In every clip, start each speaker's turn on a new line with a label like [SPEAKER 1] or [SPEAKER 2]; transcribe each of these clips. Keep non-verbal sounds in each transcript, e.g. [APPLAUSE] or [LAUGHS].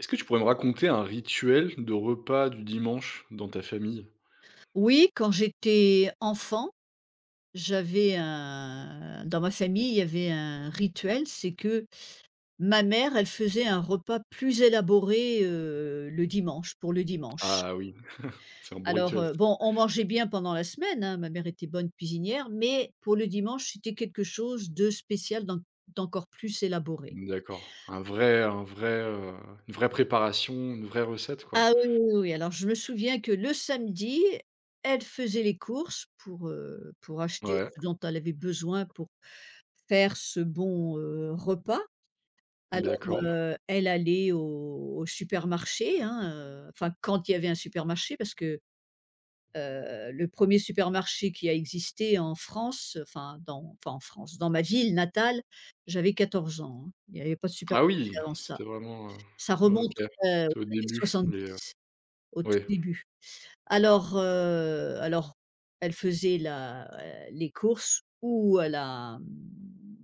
[SPEAKER 1] Est-ce que tu pourrais me raconter un rituel de repas du dimanche dans ta famille?
[SPEAKER 2] Oui, quand j'étais enfant, j'avais un dans ma famille, il y avait un rituel, c'est que ma mère, elle faisait un repas plus élaboré, le dimanche pour le dimanche.
[SPEAKER 1] Ah oui, c'est un bon rituel ça.
[SPEAKER 2] Bon, on mangeait bien pendant la semaine, hein, ma mère était bonne cuisinière, mais pour le dimanche, c'était quelque chose de spécial, d'encore plus élaboré.
[SPEAKER 1] D'accord. Une vraie préparation, une vraie recette quoi?
[SPEAKER 2] Ah oui, oui, oui, oui. Alors je me souviens que le samedi, elle faisait les courses pour acheter
[SPEAKER 1] Ouais,
[SPEAKER 2] ce dont elle avait besoin pour faire ce bon repas.
[SPEAKER 1] d'accord.
[SPEAKER 2] Elle allait au supermarché, hein, enfin quand il y avait un supermarché parce que, le premier supermarché qui a existé en France, enfin dans pas en France, dans ma ville natale, j'avais 14 ans, hein. Il n'y avait pas de supermarché
[SPEAKER 1] Ah oui,
[SPEAKER 2] avant ça.
[SPEAKER 1] c'était vraiment,
[SPEAKER 2] Ça
[SPEAKER 1] OK.
[SPEAKER 2] remonte, heu, aux
[SPEAKER 1] C'était au
[SPEAKER 2] années
[SPEAKER 1] début les,
[SPEAKER 2] 70, au tout
[SPEAKER 1] oui,
[SPEAKER 2] début. Alors elle faisait les courses ou à la, mmh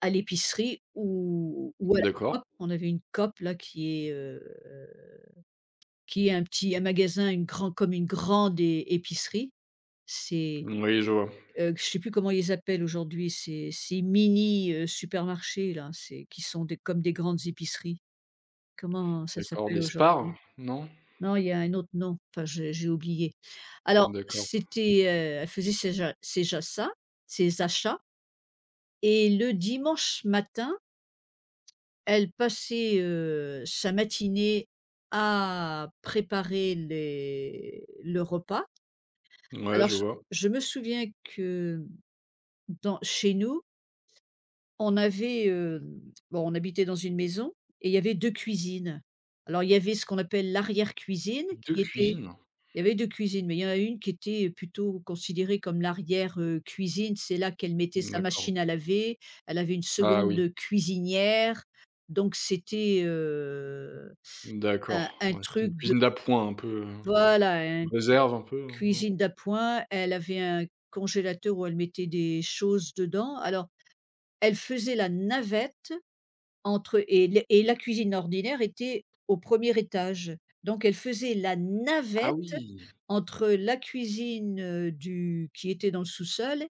[SPEAKER 2] à l'épicerie ou à la
[SPEAKER 1] d'accord.
[SPEAKER 2] on avait une cop là qui est un magasin, une grand comme une grande é épicerie. C'est,
[SPEAKER 1] Oui, je vois.
[SPEAKER 2] je sais plus comment ils appellent aujourd'hui, ces mini, supermarchés là, c'est qui sont des comme des grandes épiceries. Comment ça
[SPEAKER 1] D'accord,
[SPEAKER 2] s'appelle
[SPEAKER 1] des spars?
[SPEAKER 2] aujourd'hui?
[SPEAKER 1] Non?
[SPEAKER 2] Non, il y a un autre nom, enfin j'ai oublié. Alors
[SPEAKER 1] D'accord.
[SPEAKER 2] c'était, heu, elle faisait ses jachats ses achats. Et le dimanche matin elle passait, sa matinée à préparer les le repas.
[SPEAKER 1] Ouais,
[SPEAKER 2] Alors
[SPEAKER 1] je
[SPEAKER 2] je
[SPEAKER 1] vois.
[SPEAKER 2] je me souviens que dans chez nous, on avait, bon, on habitait dans une maison et il y avait 2 cuisines. Alors il y avait ce qu'on appelle l'arrière-cuisine
[SPEAKER 1] 2
[SPEAKER 2] qui était
[SPEAKER 1] cuisines?
[SPEAKER 2] il y avait 2 cuisines, mais il y en a une qui était plutôt considérée comme l'arrière, cuisine. C'est là qu'elle mettait sa
[SPEAKER 1] D'accord.
[SPEAKER 2] machine à laver. Elle avait une
[SPEAKER 1] Ah oui,
[SPEAKER 2] seconde cuisinière, donc
[SPEAKER 1] d'accord.
[SPEAKER 2] un
[SPEAKER 1] Ouais, c'est
[SPEAKER 2] truc
[SPEAKER 1] une
[SPEAKER 2] de
[SPEAKER 1] cuisine d'appoint un peu,
[SPEAKER 2] voilà, une petite
[SPEAKER 1] réserve un peu, hein, non?
[SPEAKER 2] cuisine d'appoint. Elle avait un congélateur où elle mettait des choses dedans. Alors, elle faisait la navette entre et l et la cuisine ordinaire était au premier étage. Donc elle faisait la
[SPEAKER 1] Ah
[SPEAKER 2] navette
[SPEAKER 1] oui!
[SPEAKER 2] entre la cuisine, du qui était dans le sous-sol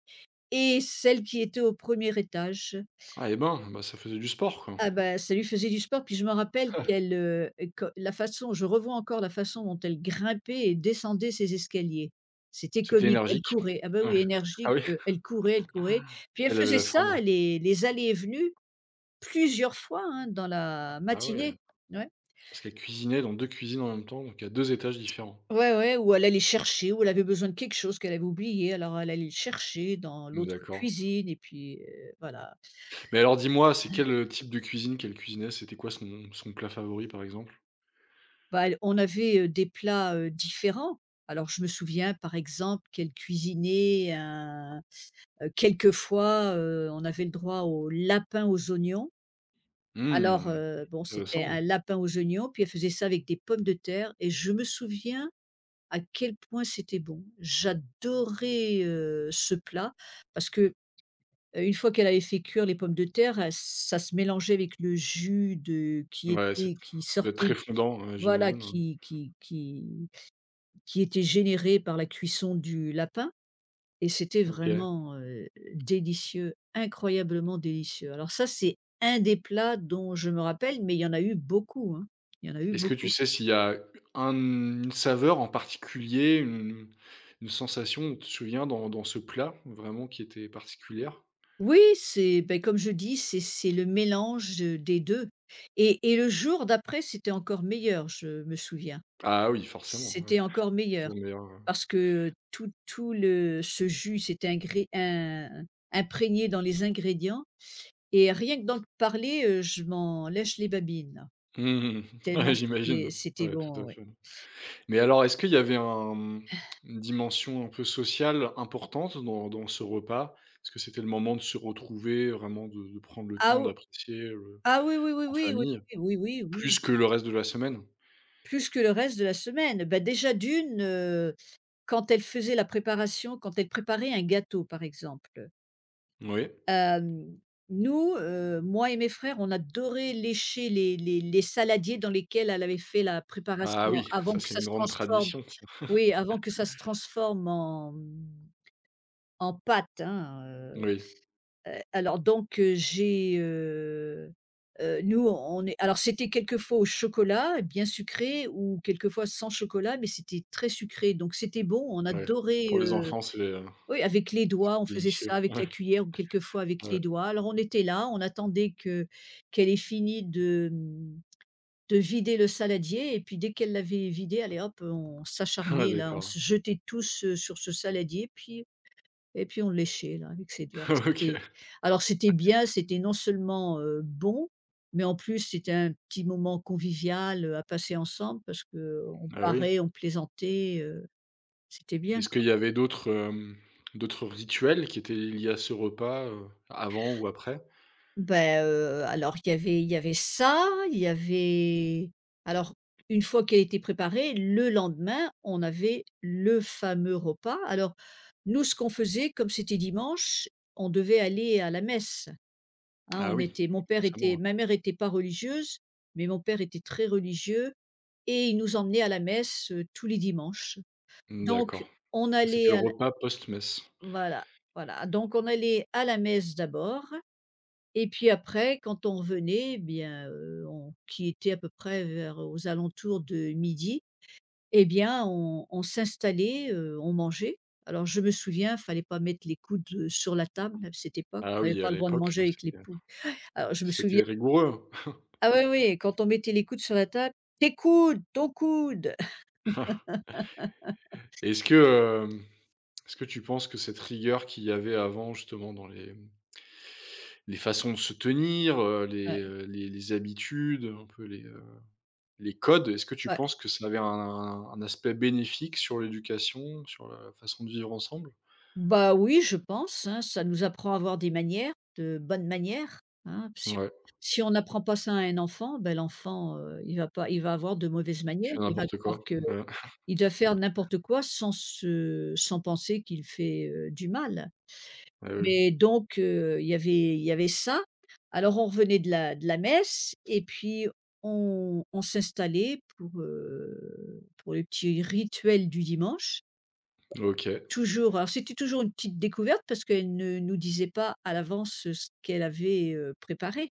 [SPEAKER 2] et celle qui était au premier étage.
[SPEAKER 1] Ah et ben, bah, ça faisait du sport, quoi.
[SPEAKER 2] Ah bah, ça lui faisait du sport, puis je me rappelle
[SPEAKER 1] Ah,
[SPEAKER 2] que la façon je revois encore la façon dont elle grimpait et descendait ses escaliers. C'était
[SPEAKER 1] c'était
[SPEAKER 2] comique, elle
[SPEAKER 1] énergique.
[SPEAKER 2] courait, ah bah,
[SPEAKER 1] Ouais.
[SPEAKER 2] oui,
[SPEAKER 1] Ah
[SPEAKER 2] énergique,
[SPEAKER 1] oui?
[SPEAKER 2] elle courait, puis elle
[SPEAKER 1] Elle avait
[SPEAKER 2] faisait
[SPEAKER 1] la
[SPEAKER 2] ça,
[SPEAKER 1] forme?
[SPEAKER 2] les allées et venues plusieurs fois, hein, dans la
[SPEAKER 1] Ah ouais,
[SPEAKER 2] matinée. Ouais.
[SPEAKER 1] parce qu'elle cuisinait dans 2 cuisines en même temps, donc à deux étages différents.
[SPEAKER 2] Ouais, ouais, ou elle allait chercher, ou elle avait besoin de quelque chose qu'elle avait oublié, alors elle allait le chercher dans l'autre
[SPEAKER 1] D'accord.
[SPEAKER 2] cuisine et puis, voilà.
[SPEAKER 1] Mais alors dis-moi, c'est quel, type de cuisine qu'elle cuisinait? C'était quoi son plat favori, par exemple?
[SPEAKER 2] Bah, elle on avait, des plats, différents. Alors je me souviens par exemple qu'elle cuisinait un quelquefois, on avait le droit au lapin aux oignons.
[SPEAKER 1] Mmh,
[SPEAKER 2] Bon c'était
[SPEAKER 1] intéressant.
[SPEAKER 2] un lapin aux oignons, puis elle faisait ça avec des pommes de terre et je me souviens à quel point c'était bon. J'adorais ce plat parce que, une fois qu'elle avait fait cuire les pommes de terre, ça se mélangeait avec le jus de qui
[SPEAKER 1] Ouais, c'est ça
[SPEAKER 2] était qui
[SPEAKER 1] doit être
[SPEAKER 2] sortait
[SPEAKER 1] très fondant, ouais,
[SPEAKER 2] voilà
[SPEAKER 1] j'imagine, ouais.
[SPEAKER 2] qui était généré par la cuisson du lapin et c'était
[SPEAKER 1] OK.
[SPEAKER 2] vraiment délicieux, incroyablement délicieux. Alors ça, c'est un des plats dont je me rappelle, mais il y en a eu beaucoup, hein. Il y en a eu
[SPEAKER 1] Est-ce que tu
[SPEAKER 2] beaucoup.
[SPEAKER 1] sais s'il y a un une saveur en particulier, une sensation, tu te souviens, dans ce plat, vraiment qui était particulière?
[SPEAKER 2] Oui, c'est beh, comme je dis, c'est le mélange, des 2. Et le jour d'après, c'était encore meilleur, je me souviens.
[SPEAKER 1] Ah oui, forcément, ouais.
[SPEAKER 2] C'était encore meilleur
[SPEAKER 1] Toujours meilleur, ouais.
[SPEAKER 2] parce que tout le ce jus s'était ingré in imprégné dans les ingrédients. Et rien que d'en parler, je m'en lèche les babines,
[SPEAKER 1] Mmh. [LAUGHS]
[SPEAKER 2] tellement
[SPEAKER 1] Ouais, j'imagine.
[SPEAKER 2] c'était
[SPEAKER 1] Ouais, tout à
[SPEAKER 2] bon, ouais.
[SPEAKER 1] fait. Mais alors, est-ce qu'il y avait un, mmh, une dimension un peu sociale importante dans ce repas? Est-ce que c'était le moment de se retrouver, vraiment de prendre le
[SPEAKER 2] Ah
[SPEAKER 1] temps
[SPEAKER 2] ou
[SPEAKER 1] d'apprécier,
[SPEAKER 2] ah oui, oui, oui,
[SPEAKER 1] en
[SPEAKER 2] oui, oui,
[SPEAKER 1] famille,
[SPEAKER 2] oui, oui,
[SPEAKER 1] plus
[SPEAKER 2] oui,
[SPEAKER 1] que le reste de la semaine?
[SPEAKER 2] plus que le reste de la semaine. Bah, déjà d'une, quand elle faisait la préparation, quand elle préparait un gâteau, par exemple,
[SPEAKER 1] Oui.
[SPEAKER 2] hem, nous, moi et mes frères, on adorait lécher les saladiers dans lesquels elle avait fait la
[SPEAKER 1] Ah
[SPEAKER 2] préparation
[SPEAKER 1] oui,
[SPEAKER 2] avant
[SPEAKER 1] ça
[SPEAKER 2] que
[SPEAKER 1] c'est
[SPEAKER 2] ça
[SPEAKER 1] une
[SPEAKER 2] se
[SPEAKER 1] grande
[SPEAKER 2] transforme
[SPEAKER 1] tradition ça.
[SPEAKER 2] oui, avant que ça se transforme en pâte, hein,
[SPEAKER 1] Oui,
[SPEAKER 2] J'ai, nous on est alors c'était quelquefois au chocolat, bien sucré ou quelquefois sans chocolat, mais c'était très sucré donc c'était bon. On
[SPEAKER 1] ouais.
[SPEAKER 2] adorait,
[SPEAKER 1] Pour les
[SPEAKER 2] heu
[SPEAKER 1] enfants,
[SPEAKER 2] oui avec les doigts, on
[SPEAKER 1] c'est
[SPEAKER 2] faisait
[SPEAKER 1] délicieux.
[SPEAKER 2] ça avec
[SPEAKER 1] Ouais,
[SPEAKER 2] la cuillère ou quelquefois avec les
[SPEAKER 1] ouais.
[SPEAKER 2] doigts. Alors on était là, on attendait que qu'elle ait fini de vider le saladier et puis dès qu'elle l'avait vidé, allez hop, on
[SPEAKER 1] [LAUGHS] Ouais,
[SPEAKER 2] s'acharnait là, on
[SPEAKER 1] d'accord.
[SPEAKER 2] se jetait tous, sur ce saladier puis et puis on le léchait là avec ses doigts.
[SPEAKER 1] [LAUGHS] OK.
[SPEAKER 2] C'était bien, c'était non seulement, bon, mais en plus c'était un petit moment convivial, à passer ensemble parce que on
[SPEAKER 1] Ah oui.
[SPEAKER 2] parait, on plaisantait, c'était bien.
[SPEAKER 1] Est-ce qu'il y avait d'autres, d'autres rituels qui étaient liés à ce repas, avant ou après?
[SPEAKER 2] Bah, alors il y avait ça, il y avait alors une fois qu'elle était préparée, le lendemain, on avait le fameux repas. Alors nous, ce qu'on faisait, comme c'était dimanche, on devait aller à la messe. Hein,
[SPEAKER 1] Ah
[SPEAKER 2] on
[SPEAKER 1] oui,
[SPEAKER 2] était mon père
[SPEAKER 1] forcément,
[SPEAKER 2] était
[SPEAKER 1] hein.
[SPEAKER 2] ma mère était pas religieuse, mais mon père était très religieux et il nous emmenait à la messe, tous les dimanches. Donc
[SPEAKER 1] D'accord.
[SPEAKER 2] on
[SPEAKER 1] C'était
[SPEAKER 2] allait
[SPEAKER 1] le
[SPEAKER 2] à la
[SPEAKER 1] repas post-messe.
[SPEAKER 2] voilà, voilà, donc on allait à la messe d'abord et puis après quand on revenait, eh bien, on qui était à peu près vers aux alentours de midi, eh bien on s'installait, on mangeait. Alors je me souviens, fallait pas mettre les coudes, sur la table à cette époque,
[SPEAKER 1] Ah
[SPEAKER 2] on n'avait
[SPEAKER 1] oui, à
[SPEAKER 2] pas le droit de
[SPEAKER 1] l'époque,
[SPEAKER 2] manger avec les
[SPEAKER 1] c'était
[SPEAKER 2] poux. Alors je me souviens
[SPEAKER 1] c'était rigoureux.
[SPEAKER 2] ah oui, oui, quand on mettait les coudes sur la table: «Tes coudes, ton coude!» [LAUGHS]
[SPEAKER 1] [LAUGHS] Est-ce que, hem, est-ce que tu penses que cette rigueur qu'il y avait avant justement dans les façons de se tenir,
[SPEAKER 2] Ouais.
[SPEAKER 1] les habitudes, un peu les codes, est-ce que tu
[SPEAKER 2] Ouais.
[SPEAKER 1] penses que ça avait un aspect bénéfique sur l'éducation, sur la façon de vivre ensemble?
[SPEAKER 2] Bah oui, je pense, hein, ça nous apprend à avoir des manières, de bonnes manières, hein. Si
[SPEAKER 1] Ouais.
[SPEAKER 2] si on n'apprend pas ça à un enfant, ben l'enfant, il va pas il va avoir de mauvaises manières.
[SPEAKER 1] Je fais
[SPEAKER 2] Il va
[SPEAKER 1] n'importe
[SPEAKER 2] croire
[SPEAKER 1] quoi.
[SPEAKER 2] que
[SPEAKER 1] Ouais.
[SPEAKER 2] il doit faire n'importe quoi sans penser qu'il fait, du mal.
[SPEAKER 1] Eh
[SPEAKER 2] Mais
[SPEAKER 1] oui.
[SPEAKER 2] donc il y avait ça. Alors on revenait de la messe et puis on s'installait pour le petit rituel du dimanche.
[SPEAKER 1] OK.
[SPEAKER 2] Toujours alors c'était toujours une petite découverte parce qu'elle ne nous disait pas à l'avance, ce qu'elle avait, préparé.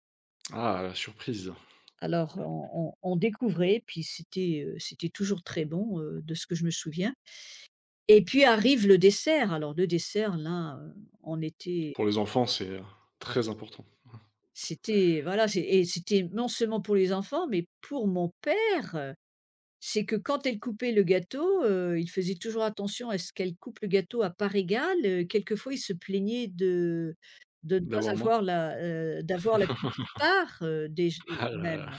[SPEAKER 1] Ah, la surprise.
[SPEAKER 2] Alors on découvrait puis c'était, c'était toujours très bon, de ce que je me souviens et puis arrive le dessert. Alors le dessert là, on était
[SPEAKER 1] Pour les enfants, c'est, très important
[SPEAKER 2] C'était voilà, c'était non seulement pour les enfants, mais pour mon père, c'est que quand elle coupait le gâteau, il faisait toujours attention à ce qu'elle coupe le gâteau à parts égales, quelquefois il se plaignait de ne pas
[SPEAKER 1] d'avoir moins.
[SPEAKER 2] avoir la, d'avoir la plus petite
[SPEAKER 1] [LAUGHS]
[SPEAKER 2] part, déj
[SPEAKER 1] Ah là là.
[SPEAKER 2] même.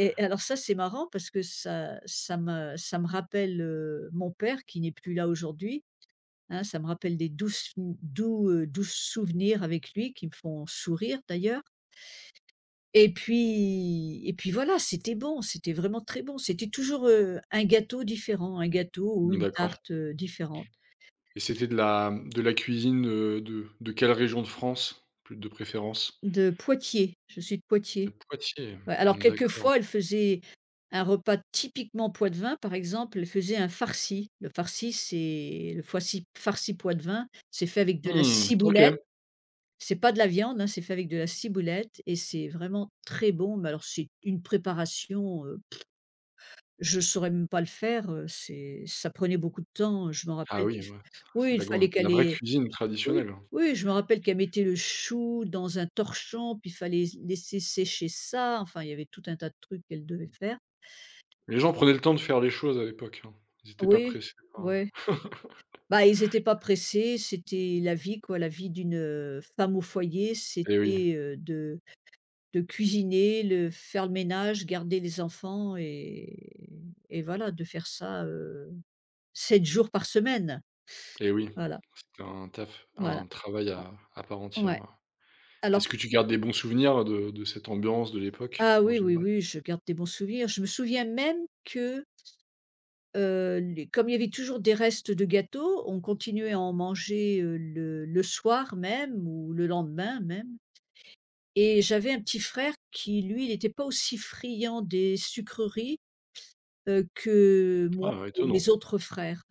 [SPEAKER 1] [LAUGHS]
[SPEAKER 2] alors ça, c'est marrant parce que ça me rappelle, mon père qui n'est plus là aujourd'hui, hein, ça me rappelle des doux souvenirs avec lui qui me font sourire d'ailleurs. Et puis et puis voilà, c'était bon, c'était vraiment très bon. C'était toujours, un gâteau différent, un gâteau ou
[SPEAKER 1] Mmh,
[SPEAKER 2] une
[SPEAKER 1] d'accord
[SPEAKER 2] tarte, différente.
[SPEAKER 1] et c'était de la cuisine, de quelle région de France, plus de préférence?
[SPEAKER 2] De Poitiers, je suis de
[SPEAKER 1] De
[SPEAKER 2] Poitiers.
[SPEAKER 1] Poitiers.
[SPEAKER 2] Ouais, alors
[SPEAKER 1] D'accord.
[SPEAKER 2] quelquefois, elle faisait un repas typiquement poitevin, par exemple, elle faisait un farci. Le farci, c'est le foici farci poitevin, c'est fait avec de la
[SPEAKER 1] Mmh, OK.
[SPEAKER 2] ciboulette, c'est pas de la viande, hein, c'est fait avec de la ciboulette et c'est vraiment très bon, mais alors c'est une préparation, je saurais même pas le faire, c'est ça prenait beaucoup de temps, je me
[SPEAKER 1] Ah
[SPEAKER 2] rappelle
[SPEAKER 1] oui,
[SPEAKER 2] qu'il f
[SPEAKER 1] ouais, ça
[SPEAKER 2] oui,
[SPEAKER 1] c'est de
[SPEAKER 2] il
[SPEAKER 1] la grande
[SPEAKER 2] fallait
[SPEAKER 1] de
[SPEAKER 2] qu'elle
[SPEAKER 1] la vraie
[SPEAKER 2] ait
[SPEAKER 1] cuisine
[SPEAKER 2] oui,
[SPEAKER 1] traditionnelle, hein.
[SPEAKER 2] oui, je me rappelle qu'elle mettait le chou dans un torchon, puis il fallait s laisser sécher ça, enfin, il y avait tout un tas de trucs qu'elle devait faire.
[SPEAKER 1] Les gens prenaient le temps de faire les choses à l'époque, hein. Ils n'étaient pas
[SPEAKER 2] Oui,
[SPEAKER 1] pressés par
[SPEAKER 2] ouais. Bah, ils étaient pas pressés, c'était la vie, quoi, la vie d'une, femme au foyer,
[SPEAKER 1] eh oui,
[SPEAKER 2] c'était, heu, de cuisiner, le faire le ménage, garder les enfants et voilà, de faire ça, 7 jours par semaine.
[SPEAKER 1] eh oui.
[SPEAKER 2] Voilà.
[SPEAKER 1] C'était un taf,
[SPEAKER 2] Voilà.
[SPEAKER 1] un travail à part
[SPEAKER 2] En
[SPEAKER 1] entière,
[SPEAKER 2] ouais.
[SPEAKER 1] ouais.
[SPEAKER 2] Alors
[SPEAKER 1] Est-ce que tu gardes des bons souvenirs de cette ambiance de l'époque,
[SPEAKER 2] ah
[SPEAKER 1] en
[SPEAKER 2] oui, oui,
[SPEAKER 1] général?
[SPEAKER 2] oui, je garde des bons souvenirs. Je me souviens même que, les comme il y avait toujours des restes de gâteaux, on continuait à en manger, heu, le soir même ou le lendemain même et j'avais un petit frère qui, lui, il n'était pas aussi friand des sucreries, que moi
[SPEAKER 1] Ah ouais,
[SPEAKER 2] et
[SPEAKER 1] étonnant.
[SPEAKER 2] mes autres frères.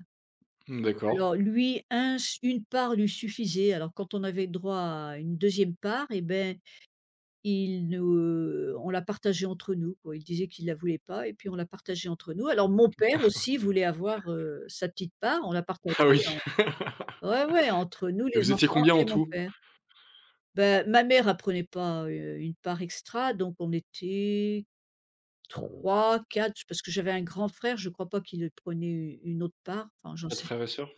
[SPEAKER 1] Mmh, d'accord.
[SPEAKER 2] Alors lui, un une part lui suffisait. Alors quand on avait droit à une deuxième part et ben, Il ne on l'a partagée entre nous, quoi. Il disait qu'il la voulait pas et puis on l'a partagée entre nous. Alors mon père aussi voulait avoir, sa petite part, on l'a partagée
[SPEAKER 1] [LAUGHS] Ah oui.
[SPEAKER 2] en
[SPEAKER 1] [LAUGHS]
[SPEAKER 2] ouais, ouais, entre nous
[SPEAKER 1] Et
[SPEAKER 2] les
[SPEAKER 1] vous étiez
[SPEAKER 2] enfants
[SPEAKER 1] combien en
[SPEAKER 2] et mon
[SPEAKER 1] tout?
[SPEAKER 2] père. Bah, ma mère, apprenait pas, une part extra, donc on était trois, quatre, parce que j'avais un grand frère, je crois pas qu'il prenait une autre part, enfin j'en
[SPEAKER 1] 4
[SPEAKER 2] sais
[SPEAKER 1] frères et sœurs?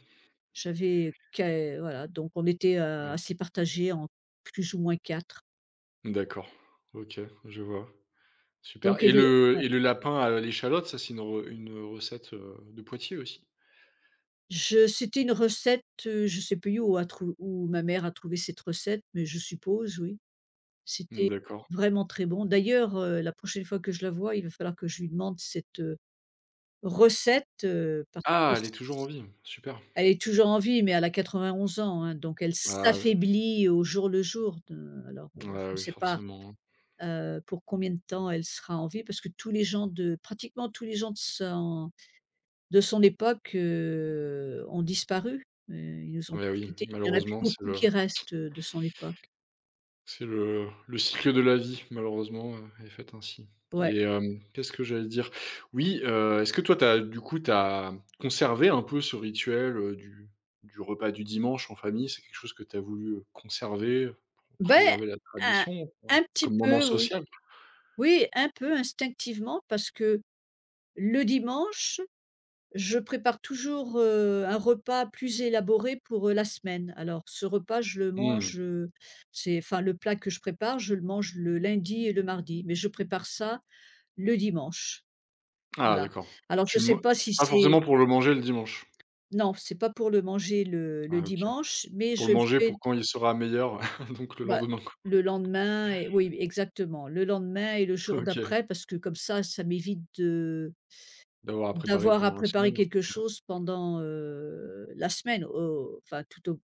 [SPEAKER 2] j'avais que voilà, donc on était,
[SPEAKER 1] Ouais.
[SPEAKER 2] assez partagés en plus ou moins 4.
[SPEAKER 1] D'accord. OK, je vois. Super
[SPEAKER 2] Donc évidemment.
[SPEAKER 1] et le lapin à l'échalote, ça, c'est une re une recette, de Poitiers aussi?
[SPEAKER 2] Je C'était une recette, je sais plus où a trou où ma mère a trouvé cette recette, mais je suppose oui.
[SPEAKER 1] Mmh,
[SPEAKER 2] C'était
[SPEAKER 1] d'accord.
[SPEAKER 2] vraiment très bon. D'ailleurs, la prochaine fois que je la vois, il va falloir que je lui demande cette, recette, parce que
[SPEAKER 1] Ah, elle est toujours en
[SPEAKER 2] s
[SPEAKER 1] vie? Super.
[SPEAKER 2] elle est toujours en vie, mais elle a 91 ans, hein, donc elle
[SPEAKER 1] Ah oui.
[SPEAKER 2] s'affaiblit au jour le jour de alors, je
[SPEAKER 1] Ah
[SPEAKER 2] ne
[SPEAKER 1] oui,
[SPEAKER 2] sais pas,
[SPEAKER 1] forcément, hein.
[SPEAKER 2] pour combien de temps elle sera en vie parce que tous les gens de pratiquement tous les gens de son époque, ont disparu. Ils nous ont
[SPEAKER 1] Ouais,
[SPEAKER 2] tous
[SPEAKER 1] oui,
[SPEAKER 2] quittés. Il n'y en a plus
[SPEAKER 1] malheureusement, c'est
[SPEAKER 2] beaucoup
[SPEAKER 1] le.
[SPEAKER 2] qui restent, de son époque.
[SPEAKER 1] C'est le cycle de la vie malheureusement, est fait ainsi
[SPEAKER 2] Ouais.
[SPEAKER 1] et qu'est-ce que j'allais dire? Oui, est-ce que toi t'as du coup tu as conservé un peu ce rituel, du repas du dimanche en famille? C'est quelque chose que tu as voulu, conserver, pour
[SPEAKER 2] Ben,
[SPEAKER 1] préserver la
[SPEAKER 2] un
[SPEAKER 1] tradition, quoi?
[SPEAKER 2] un petit
[SPEAKER 1] Comme moment
[SPEAKER 2] peu, oui.
[SPEAKER 1] social?
[SPEAKER 2] Oui, un peu instinctivement parce que le dimanche, je prépare toujours, un repas plus élaboré pour, la semaine. Alors ce repas, je le
[SPEAKER 1] Mmh.
[SPEAKER 2] mange, c'est enfin le plat que je prépare, je le mange le lundi et le mardi, mais je prépare ça le dimanche.
[SPEAKER 1] Ah
[SPEAKER 2] Voilà.
[SPEAKER 1] d'accord.
[SPEAKER 2] Alors je
[SPEAKER 1] Tu
[SPEAKER 2] ne
[SPEAKER 1] le
[SPEAKER 2] sais
[SPEAKER 1] man
[SPEAKER 2] pas si
[SPEAKER 1] Pas
[SPEAKER 2] c'est.
[SPEAKER 1] forcément pour le manger le dimanche?
[SPEAKER 2] Non, c'est pas pour le manger le
[SPEAKER 1] Ah OK.
[SPEAKER 2] dimanche, mais
[SPEAKER 1] Pour
[SPEAKER 2] je
[SPEAKER 1] le
[SPEAKER 2] le
[SPEAKER 1] manger pour
[SPEAKER 2] fais,
[SPEAKER 1] quand il sera meilleur. [LAUGHS] Donc le
[SPEAKER 2] bah,
[SPEAKER 1] lendemain, quoi.
[SPEAKER 2] le lendemain et oui, exactement, le lendemain et le jour
[SPEAKER 1] OK.
[SPEAKER 2] d'après parce que comme ça m'évite de
[SPEAKER 1] D'avoir à préparer
[SPEAKER 2] d'avoir à
[SPEAKER 1] pendant la
[SPEAKER 2] préparer
[SPEAKER 1] semaine?
[SPEAKER 2] quelque chose pendant, la semaine. Au enfin,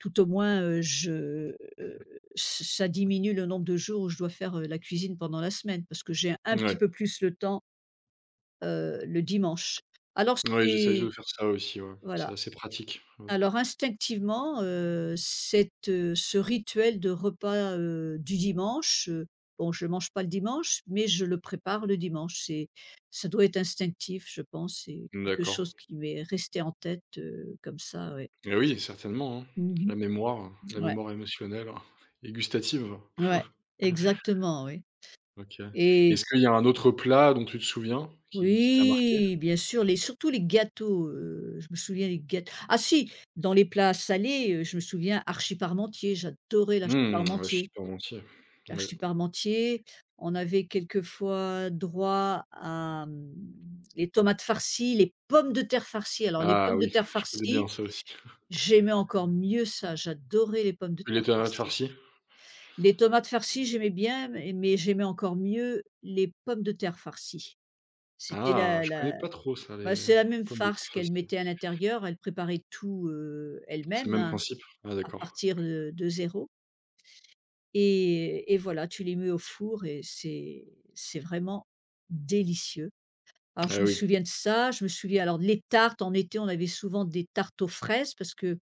[SPEAKER 2] tout au moins, ç ça diminue le nombre de jours où je dois faire, la cuisine pendant la semaine parce que j'ai un petit
[SPEAKER 1] Ouais.
[SPEAKER 2] peu plus le temps, le dimanche. Alors
[SPEAKER 1] Ouais, j'essaie
[SPEAKER 2] c'est
[SPEAKER 1] de faire ça aussi, ouais.
[SPEAKER 2] voilà.
[SPEAKER 1] C'est assez pratique, ouais.
[SPEAKER 2] Alors instinctivement, cette, ce rituel de repas, du dimanche, bon je ne mange pas le dimanche, mais je le prépare le dimanche. C'est ça doit être instinctif je pense, c'est quelque
[SPEAKER 1] D'accord.
[SPEAKER 2] chose qui m'est resté en tête, comme ça, ouais.
[SPEAKER 1] Et oui, certainement, hein.
[SPEAKER 2] Mmh.
[SPEAKER 1] La
[SPEAKER 2] Ouais,
[SPEAKER 1] mémoire émotionnelle. [LAUGHS] Et gustative.
[SPEAKER 2] ouais, exactement, oui
[SPEAKER 1] OK.
[SPEAKER 2] et
[SPEAKER 1] Est-ce qu'il y a un autre plat dont tu te souviens qui t'a marqué?
[SPEAKER 2] oui, bien sûr, les surtout les gâteaux, je me souviens des gâteaux. Ah si, dans les plats salés, je me souviens, Archie Parmentier, j'adorais l'Archie
[SPEAKER 1] Mmh, le
[SPEAKER 2] Parmentier.
[SPEAKER 1] ch'ti parmentier.
[SPEAKER 2] L'Arche
[SPEAKER 1] Ouais.
[SPEAKER 2] du Parmentier. On avait quelquefois droit à, mmh, les tomates farcies, les pommes de terre farcies. Alors les
[SPEAKER 1] Ah
[SPEAKER 2] pommes de
[SPEAKER 1] oui,
[SPEAKER 2] terre
[SPEAKER 1] je connais bien
[SPEAKER 2] farcies,
[SPEAKER 1] ça aussi. [LAUGHS]
[SPEAKER 2] j'aimais encore mieux ça, j'adorais les pommes de
[SPEAKER 1] Et les
[SPEAKER 2] terre
[SPEAKER 1] tomates
[SPEAKER 2] farcies.
[SPEAKER 1] farcies?
[SPEAKER 2] Les tomates farcies, j'aimais bien, mais j'aimais encore mieux les pommes de terre farcies. C'était
[SPEAKER 1] Ah, je connais
[SPEAKER 2] la
[SPEAKER 1] pas trop ça,
[SPEAKER 2] bah,
[SPEAKER 1] les
[SPEAKER 2] c'est la même
[SPEAKER 1] pommes de
[SPEAKER 2] farce
[SPEAKER 1] terre
[SPEAKER 2] qu'elle
[SPEAKER 1] farcies.
[SPEAKER 2] mettait à l'intérieur, elle préparait tout,
[SPEAKER 1] C'est le
[SPEAKER 2] elle-même,
[SPEAKER 1] même
[SPEAKER 2] hein,
[SPEAKER 1] principe? Ah
[SPEAKER 2] à
[SPEAKER 1] d'accord.
[SPEAKER 2] partir de 0. Et voilà, tu les mets au four et c'est vraiment délicieux. Alors je
[SPEAKER 1] Ah
[SPEAKER 2] me
[SPEAKER 1] oui.
[SPEAKER 2] souviens de ça, je me souviens alors de les tartes, en été, on avait souvent des tartes aux fraises parce que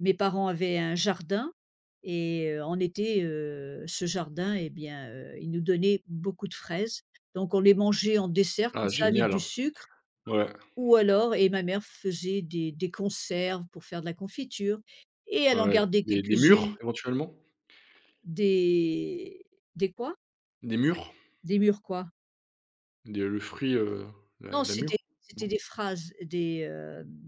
[SPEAKER 2] mes parents avaient un jardin et en été, ce jardin et bien, il nous donnait beaucoup de fraises. Donc on les mangeait en dessert comme
[SPEAKER 1] Ah
[SPEAKER 2] ça avec
[SPEAKER 1] génial.
[SPEAKER 2] du sucre
[SPEAKER 1] Ouais,
[SPEAKER 2] ou alors et ma mère faisait des conserves pour faire de la confiture et elle en
[SPEAKER 1] ouais.
[SPEAKER 2] gardait
[SPEAKER 1] Des
[SPEAKER 2] quelques-unes.
[SPEAKER 1] mûres éventuellement?
[SPEAKER 2] Des des quoi?
[SPEAKER 1] Des mûres?
[SPEAKER 2] Des murs quoi?
[SPEAKER 1] Des le fruit, la
[SPEAKER 2] Non,
[SPEAKER 1] la mûre?
[SPEAKER 2] c'était
[SPEAKER 1] Non?
[SPEAKER 2] des phrases, des, hem,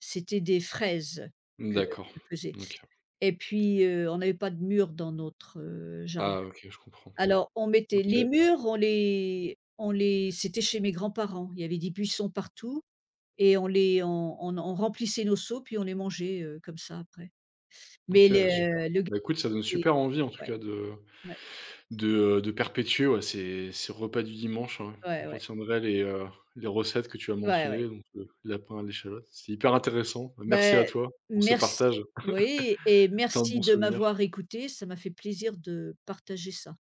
[SPEAKER 2] c'était des fraises
[SPEAKER 1] D'accord.
[SPEAKER 2] que faisait
[SPEAKER 1] OK.
[SPEAKER 2] et puis, on n'avait pas de murs dans notre, jardin.
[SPEAKER 1] Ah OK, je comprends.
[SPEAKER 2] Alors on mettait
[SPEAKER 1] OK,
[SPEAKER 2] les murs, on les c'était chez mes grands-parents, il y avait des buissons partout et on les on remplissait nos seaux puis on les mangeait, comme ça après. Mais
[SPEAKER 1] OK, super.
[SPEAKER 2] les le gâté
[SPEAKER 1] Bah, écoute, ça donne super envie en tout
[SPEAKER 2] ouais,
[SPEAKER 1] cas
[SPEAKER 2] ouais,
[SPEAKER 1] de, de perpétuer, ouais, ces ces repas du dimanche, hein. Je
[SPEAKER 2] ouais, ouais,
[SPEAKER 1] retiendrai les recettes que tu as
[SPEAKER 2] ouais, ouais.
[SPEAKER 1] mentionnées, donc le lapin à l'échalote. C'était hyper intéressant. Merci à
[SPEAKER 2] Ben
[SPEAKER 1] toi pour ce
[SPEAKER 2] merci
[SPEAKER 1] partage,
[SPEAKER 2] oui et
[SPEAKER 1] plein de
[SPEAKER 2] merci
[SPEAKER 1] bons
[SPEAKER 2] de
[SPEAKER 1] souvenirs.
[SPEAKER 2] m'avoir écoutée, ça m'a fait plaisir de partager ça.